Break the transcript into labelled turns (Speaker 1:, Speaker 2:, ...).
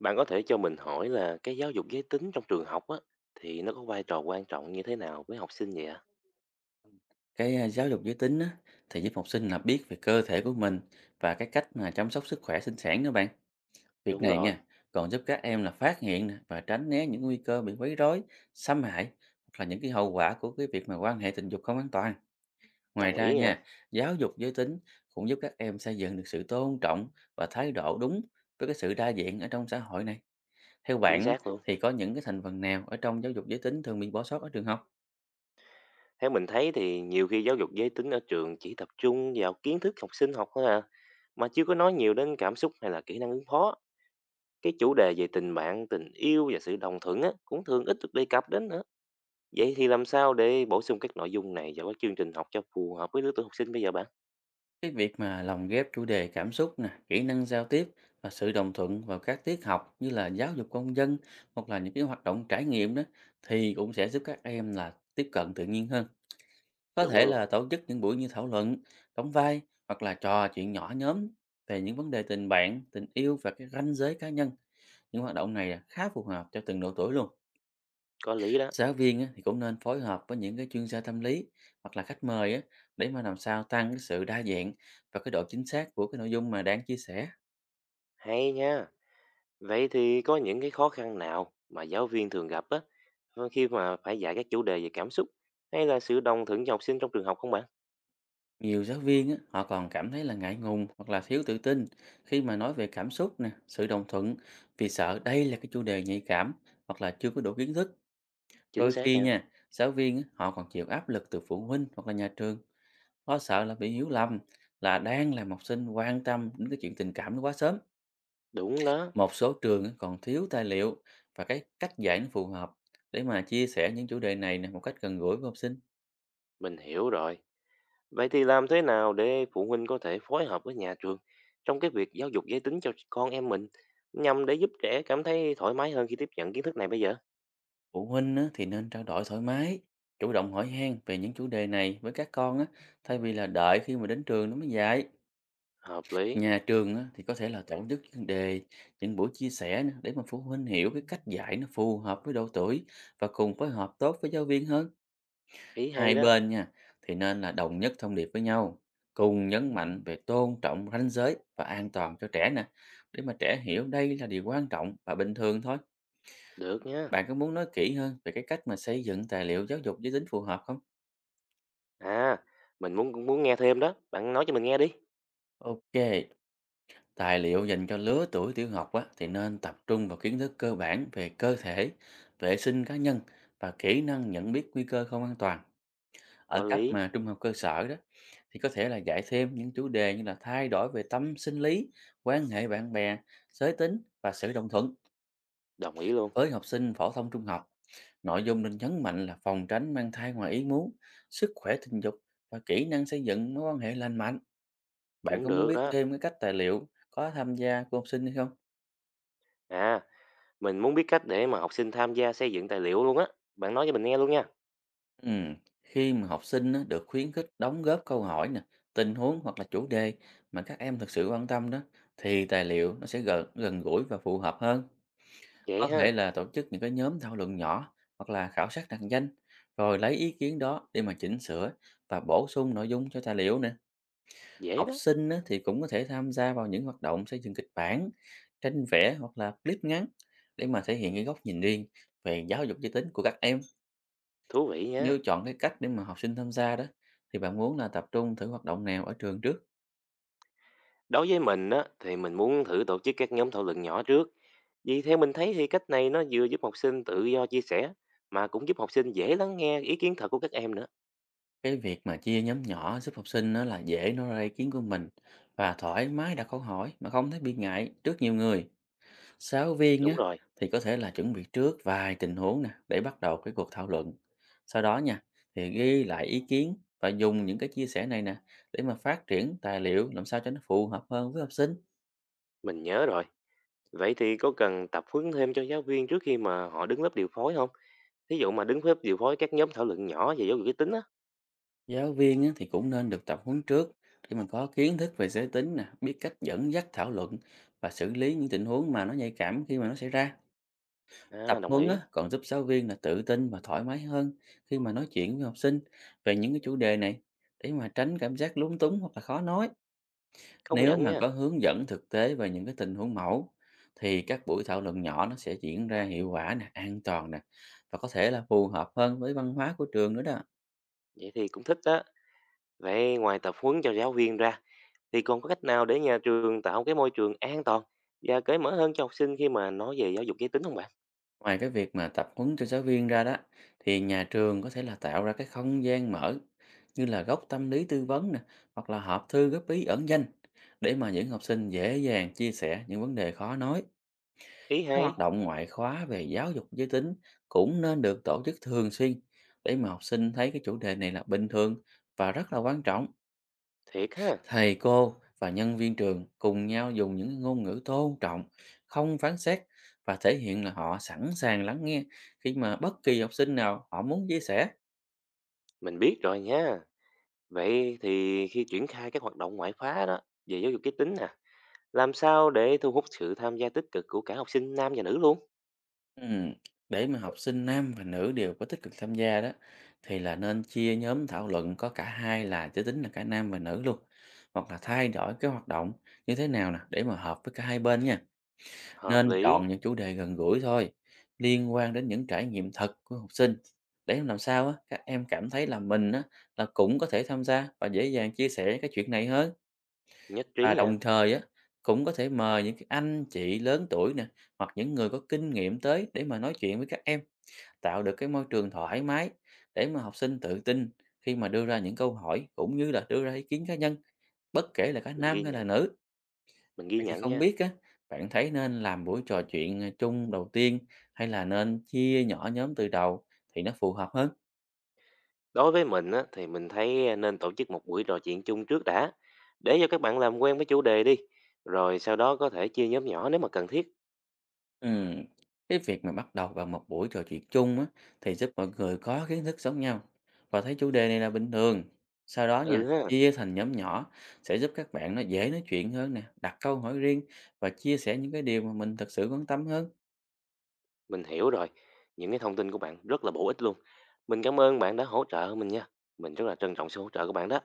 Speaker 1: Bạn có thể cho mình hỏi là cái giáo dục giới tính trong trường học á thì nó có vai trò quan trọng như thế nào với học sinh vậy ạ?
Speaker 2: Cái, giáo dục giới tính á, thì giúp học sinh là biết về cơ thể của mình và cái cách mà chăm sóc sức khỏe sinh sản nữa bạn. Việc
Speaker 1: Đúng
Speaker 2: này
Speaker 1: rồi,
Speaker 2: nha, còn giúp các em là phát hiện nè và tránh né những nguy cơ bị quấy rối, xâm hại hoặc là những cái hậu quả của cái việc mà quan hệ tình dục không an toàn. Ngoài
Speaker 1: đồng
Speaker 2: ra
Speaker 1: ý nha,
Speaker 2: nha, giáo dục giới tính cũng giúp các em xây dựng được sự tôn trọng và thái độ đúng với cái sự đa dạng ở trong xã hội này. Theo
Speaker 1: chính
Speaker 2: bạn á,
Speaker 1: xác luôn.
Speaker 2: thì có những cái thành phần nào ở trong giáo dục giới tính thường bị bỏ sót ở trường học?
Speaker 1: Theo mình thấy thì nhiều khi giáo dục giới tính ở trường chỉ tập trung vào kiến thức học sinh học thôi à, mà chưa có nói nhiều đến cảm xúc hay là kỹ năng ứng phó. Cái chủ đề về tình bạn, tình yêu và sự đồng thuận á cũng thường ít được đề cập đến nữa. Vậy thì làm sao để bổ sung các nội dung này vào các chương trình học cho phù hợp với lứa tuổi học sinh bây giờ bạn?
Speaker 2: Cái việc mà lồng ghép chủ đề cảm xúc nè, kỹ năng giao tiếp và sự đồng thuận vào các tiết học như là giáo dục công dân hoặc là những cái hoạt động trải nghiệm đó thì cũng sẽ giúp các em là tiếp cận tự nhiên hơn. Có
Speaker 1: Chuẩn
Speaker 2: thể
Speaker 1: luôn,
Speaker 2: là tổ chức những buổi như thảo luận, đóng vai hoặc là trò chuyện nhỏ nhóm về những vấn đề tình bạn, tình yêu và cái ranh giới cá nhân. Những hoạt động này là khá phù hợp cho từng độ tuổi luôn.
Speaker 1: có lý đó.
Speaker 2: Giáo viên á, thì cũng nên phối hợp với những cái chuyên gia tâm lý hoặc là khách mời á, để mà làm sao tăng cái sự đa dạng và cái độ chính xác của cái nội dung mà đang chia sẻ.
Speaker 1: Hay nha. Vậy thì có những cái khó khăn nào mà giáo viên thường gặp á, khi mà phải dạy các chủ đề về cảm xúc hay là sự đồng thuận cho học sinh trong trường học không bạn?
Speaker 2: Nhiều giáo viên á, họ còn cảm thấy là ngại ngùng hoặc là thiếu tự tin khi mà nói về cảm xúc nè, sự đồng thuận vì sợ đây là cái chủ đề nhạy cảm hoặc là chưa có đủ kiến thức.
Speaker 1: Chính
Speaker 2: Đôi
Speaker 1: xác
Speaker 2: khi
Speaker 1: nha.
Speaker 2: nha, giáo viên á, họ còn chịu áp lực từ phụ huynh hoặc là nhà trường, lo sợ là bị hiểu lầm là đang làm học sinh quan tâm đến cái chuyện tình cảm nó quá sớm.
Speaker 1: Đúng đó,
Speaker 2: Một số trường còn thiếu tài liệu và cái cách dạy nó phù hợp để mà chia sẻ những chủ đề này nè một cách gần gũi với học sinh.
Speaker 1: mình hiểu rồi. Vậy thì làm thế nào để phụ huynh có thể phối hợp với nhà trường trong cái việc giáo dục giới tính cho con em mình nhằm để giúp trẻ cảm thấy thoải mái hơn khi tiếp nhận kiến thức này bây giờ?
Speaker 2: Phụ huynh á, thì nên trao đổi thoải mái, chủ động hỏi han về những chủ đề này với các con á, thay vì là đợi khi mà đến trường nó mới dạy.
Speaker 1: Hợp lý,
Speaker 2: Nhà trường á, thì có thể là tổ chức chuyên đề, những buổi chia sẻ nè, để mà phụ huynh hiểu cái cách dạy nó phù hợp với độ tuổi và cùng phối hợp tốt với giáo viên hơn.
Speaker 1: ý
Speaker 2: Hai
Speaker 1: hay đó.
Speaker 2: bên nha, thì nên là đồng nhất thông điệp với nhau, cùng nhấn mạnh về tôn trọng ranh giới và an toàn cho trẻ nè, để mà trẻ hiểu đây là điều quan trọng và bình thường thôi.
Speaker 1: Được nha.
Speaker 2: Bạn có muốn nói kỹ hơn về cái cách mà xây dựng tài liệu giáo dục giới tính phù hợp không?
Speaker 1: À, mình cũng muốn nghe thêm đó. Bạn nói cho mình nghe đi.
Speaker 2: Ok, tài liệu dành cho lứa tuổi tiểu học á, thì nên tập trung vào kiến thức cơ bản về cơ thể, vệ sinh cá nhân và kỹ năng nhận biết nguy cơ không an toàn. Ở
Speaker 1: Có
Speaker 2: cấp
Speaker 1: lý,
Speaker 2: mà trung học cơ sở đó, thì có thể là dạy thêm những chủ đề như là thay đổi về tâm sinh lý, quan hệ bạn bè, giới tính và sự đồng thuận.
Speaker 1: đồng ý luôn.
Speaker 2: Với học sinh phổ thông trung học, nội dung nên nhấn mạnh là phòng tránh mang thai ngoài ý muốn, sức khỏe tình dục và kỹ năng xây dựng mối quan hệ lành mạnh. Bạn
Speaker 1: Cũng
Speaker 2: có muốn
Speaker 1: được
Speaker 2: biết
Speaker 1: đó.
Speaker 2: thêm cái cách tài liệu có tham gia của học sinh hay không?
Speaker 1: À, mình muốn biết cách để mà học sinh tham gia xây dựng tài liệu luôn á. Bạn nói cho mình nghe luôn nha.
Speaker 2: Ừ. Khi mà học sinh á, được khuyến khích đóng góp câu hỏi nè, tình huống hoặc là chủ đề mà các em thực sự quan tâm đó thì tài liệu nó sẽ gần gần gũi và phù hợp hơn.
Speaker 1: Vậy
Speaker 2: Có
Speaker 1: ha,
Speaker 2: thể là tổ chức những cái nhóm thảo luận nhỏ hoặc là khảo sát nặng danh rồi lấy ý kiến đó để mà chỉnh sửa và bổ sung nội dung cho tài liệu nè.
Speaker 1: dễ
Speaker 2: Học
Speaker 1: đó,
Speaker 2: sinh á, thì cũng có thể tham gia vào những hoạt động xây dựng kịch bản, tranh vẽ hoặc là clip ngắn để mà thể hiện cái góc nhìn riêng về giáo dục giới tính của các em.
Speaker 1: thú vị nha.
Speaker 2: Nếu chọn cái cách để mà học sinh tham gia đó, thì bạn muốn là tập trung thử hoạt động nào ở trường trước?
Speaker 1: Đối với mình á, thì mình muốn thử tổ chức các nhóm thảo luận nhỏ trước. Vì theo mình thấy thì cách này nó vừa giúp học sinh tự do chia sẻ, mà cũng giúp học sinh dễ lắng nghe ý kiến thật của các em nữa.
Speaker 2: Cái việc mà chia nhóm nhỏ giúp học sinh nó là dễ nói ra ý kiến của mình và thoải mái đặt câu hỏi mà không thấy bị ngại trước nhiều người. Giáo viên
Speaker 1: Đúng
Speaker 2: á,
Speaker 1: rồi,
Speaker 2: thì có thể là chuẩn bị trước vài tình huống nè để bắt đầu cái cuộc thảo luận. Sau đó nha, thì ghi lại ý kiến và dùng những cái chia sẻ này nè để mà phát triển tài liệu làm sao cho nó phù hợp hơn với học sinh.
Speaker 1: mình nhớ rồi. Vậy thì có cần tập huấn thêm cho giáo viên trước khi mà họ đứng lớp điều phối không? Thí dụ mà đứng lớp điều phối các nhóm thảo luận nhỏ về giáo dục giới tính á.
Speaker 2: Giáo viên á, thì cũng nên được tập huấn trước để mình có kiến thức về giới tính nè, biết cách dẫn dắt thảo luận và xử lý những tình huống mà nó nhạy cảm khi mà nó xảy ra. Tập
Speaker 1: À, đồng
Speaker 2: huấn
Speaker 1: ý.
Speaker 2: á, còn giúp giáo viên là tự tin và thoải mái hơn khi mà nói chuyện với học sinh về những cái chủ đề này để mà tránh cảm giác lúng túng hoặc là khó nói.
Speaker 1: Không
Speaker 2: Nếu
Speaker 1: nhận
Speaker 2: mà
Speaker 1: nha.
Speaker 2: có hướng dẫn thực tế về những cái tình huống mẫu thì các buổi thảo luận nhỏ nó sẽ diễn ra hiệu quả nè, an toàn nè và có thể là phù hợp hơn với văn hóa của trường nữa đó.
Speaker 1: Vậy thì cũng thích đó. Vậy ngoài tập huấn cho giáo viên ra, thì còn có cách nào để nhà trường tạo cái môi trường an toàn và cởi mở hơn cho học sinh khi mà nói về giáo dục giới tính không bạn?
Speaker 2: Ngoài cái việc mà tập huấn cho giáo viên ra đó, thì nhà trường có thể là tạo ra cái không gian mở như là góc tâm lý tư vấn nè, hoặc là hộp thư góp ý ẩn danh để mà những học sinh dễ dàng chia sẻ những vấn đề khó nói.
Speaker 1: Ý
Speaker 2: Các
Speaker 1: hay,
Speaker 2: hoạt động ngoại khóa về giáo dục giới tính cũng nên được tổ chức thường xuyên để mà học sinh thấy cái chủ đề này là bình thường và rất là quan trọng.
Speaker 1: thiệt ha,
Speaker 2: Thầy cô và nhân viên trường cùng nhau dùng những ngôn ngữ tôn trọng, không phán xét và thể hiện là họ sẵn sàng lắng nghe khi mà bất kỳ học sinh nào họ muốn chia sẻ.
Speaker 1: mình biết rồi nha. Vậy thì khi triển khai các hoạt động ngoại khóa đó về giáo dục giới tính nè, làm sao để thu hút sự tham gia tích cực của cả học sinh nam và nữ luôn?
Speaker 2: Ừm, Để mà học sinh nam và nữ đều có tích cực tham gia đó thì là nên chia nhóm thảo luận có cả hai là giới tính, là cả nam và nữ luôn, hoặc là thay đổi cái hoạt động như thế nào nè để mà hợp với cả hai bên nha.
Speaker 1: Hợp
Speaker 2: Nên
Speaker 1: lý,
Speaker 2: chọn những chủ đề gần gũi thôi, liên quan đến những trải nghiệm thật của học sinh để làm sao á, các em cảm thấy là mình á, là cũng có thể tham gia và dễ dàng chia sẻ cái chuyện này hơn.
Speaker 1: nhất trí
Speaker 2: Và
Speaker 1: nha,
Speaker 2: đồng thời á, cũng có thể mời những cái anh chị lớn tuổi nè hoặc những người có kinh nghiệm tới để mà nói chuyện với các em, tạo được cái môi trường thoải mái để mà học sinh tự tin khi mà đưa ra những câu hỏi cũng như là đưa ra ý kiến cá nhân, bất kể là cả
Speaker 1: mình
Speaker 2: nam
Speaker 1: ghi
Speaker 2: hay là
Speaker 1: nhận,
Speaker 2: nữ.
Speaker 1: mình ghi
Speaker 2: Vậy thì
Speaker 1: nhận
Speaker 2: không
Speaker 1: nha.
Speaker 2: biết á, bạn thấy nên làm buổi trò chuyện, chung đầu tiên hay là nên chia nhỏ nhóm từ đầu thì nó phù hợp hơn?
Speaker 1: Đối với mình á, thì mình thấy nên tổ chức một buổi trò chuyện chung trước đã, để cho các bạn làm quen với chủ đề đi, rồi sau đó có thể chia nhóm nhỏ nếu mà cần thiết.
Speaker 2: Ừm, cái việc mà bắt đầu bằng một buổi trò chuyện chung á, thì giúp mọi người có kiến thức giống nhau và thấy chủ đề này là bình thường. Sau đó nha,
Speaker 1: Ừ ha.
Speaker 2: chia thành nhóm nhỏ sẽ giúp các bạn nó dễ nói chuyện hơn nè, đặt câu hỏi riêng và chia sẻ những cái điều mà mình thật sự quan tâm hơn.
Speaker 1: Mình hiểu rồi. Những cái thông tin của bạn rất là bổ ích luôn. Mình cảm ơn bạn đã hỗ trợ mình nha. Mình rất là trân trọng sự hỗ trợ của bạn đó.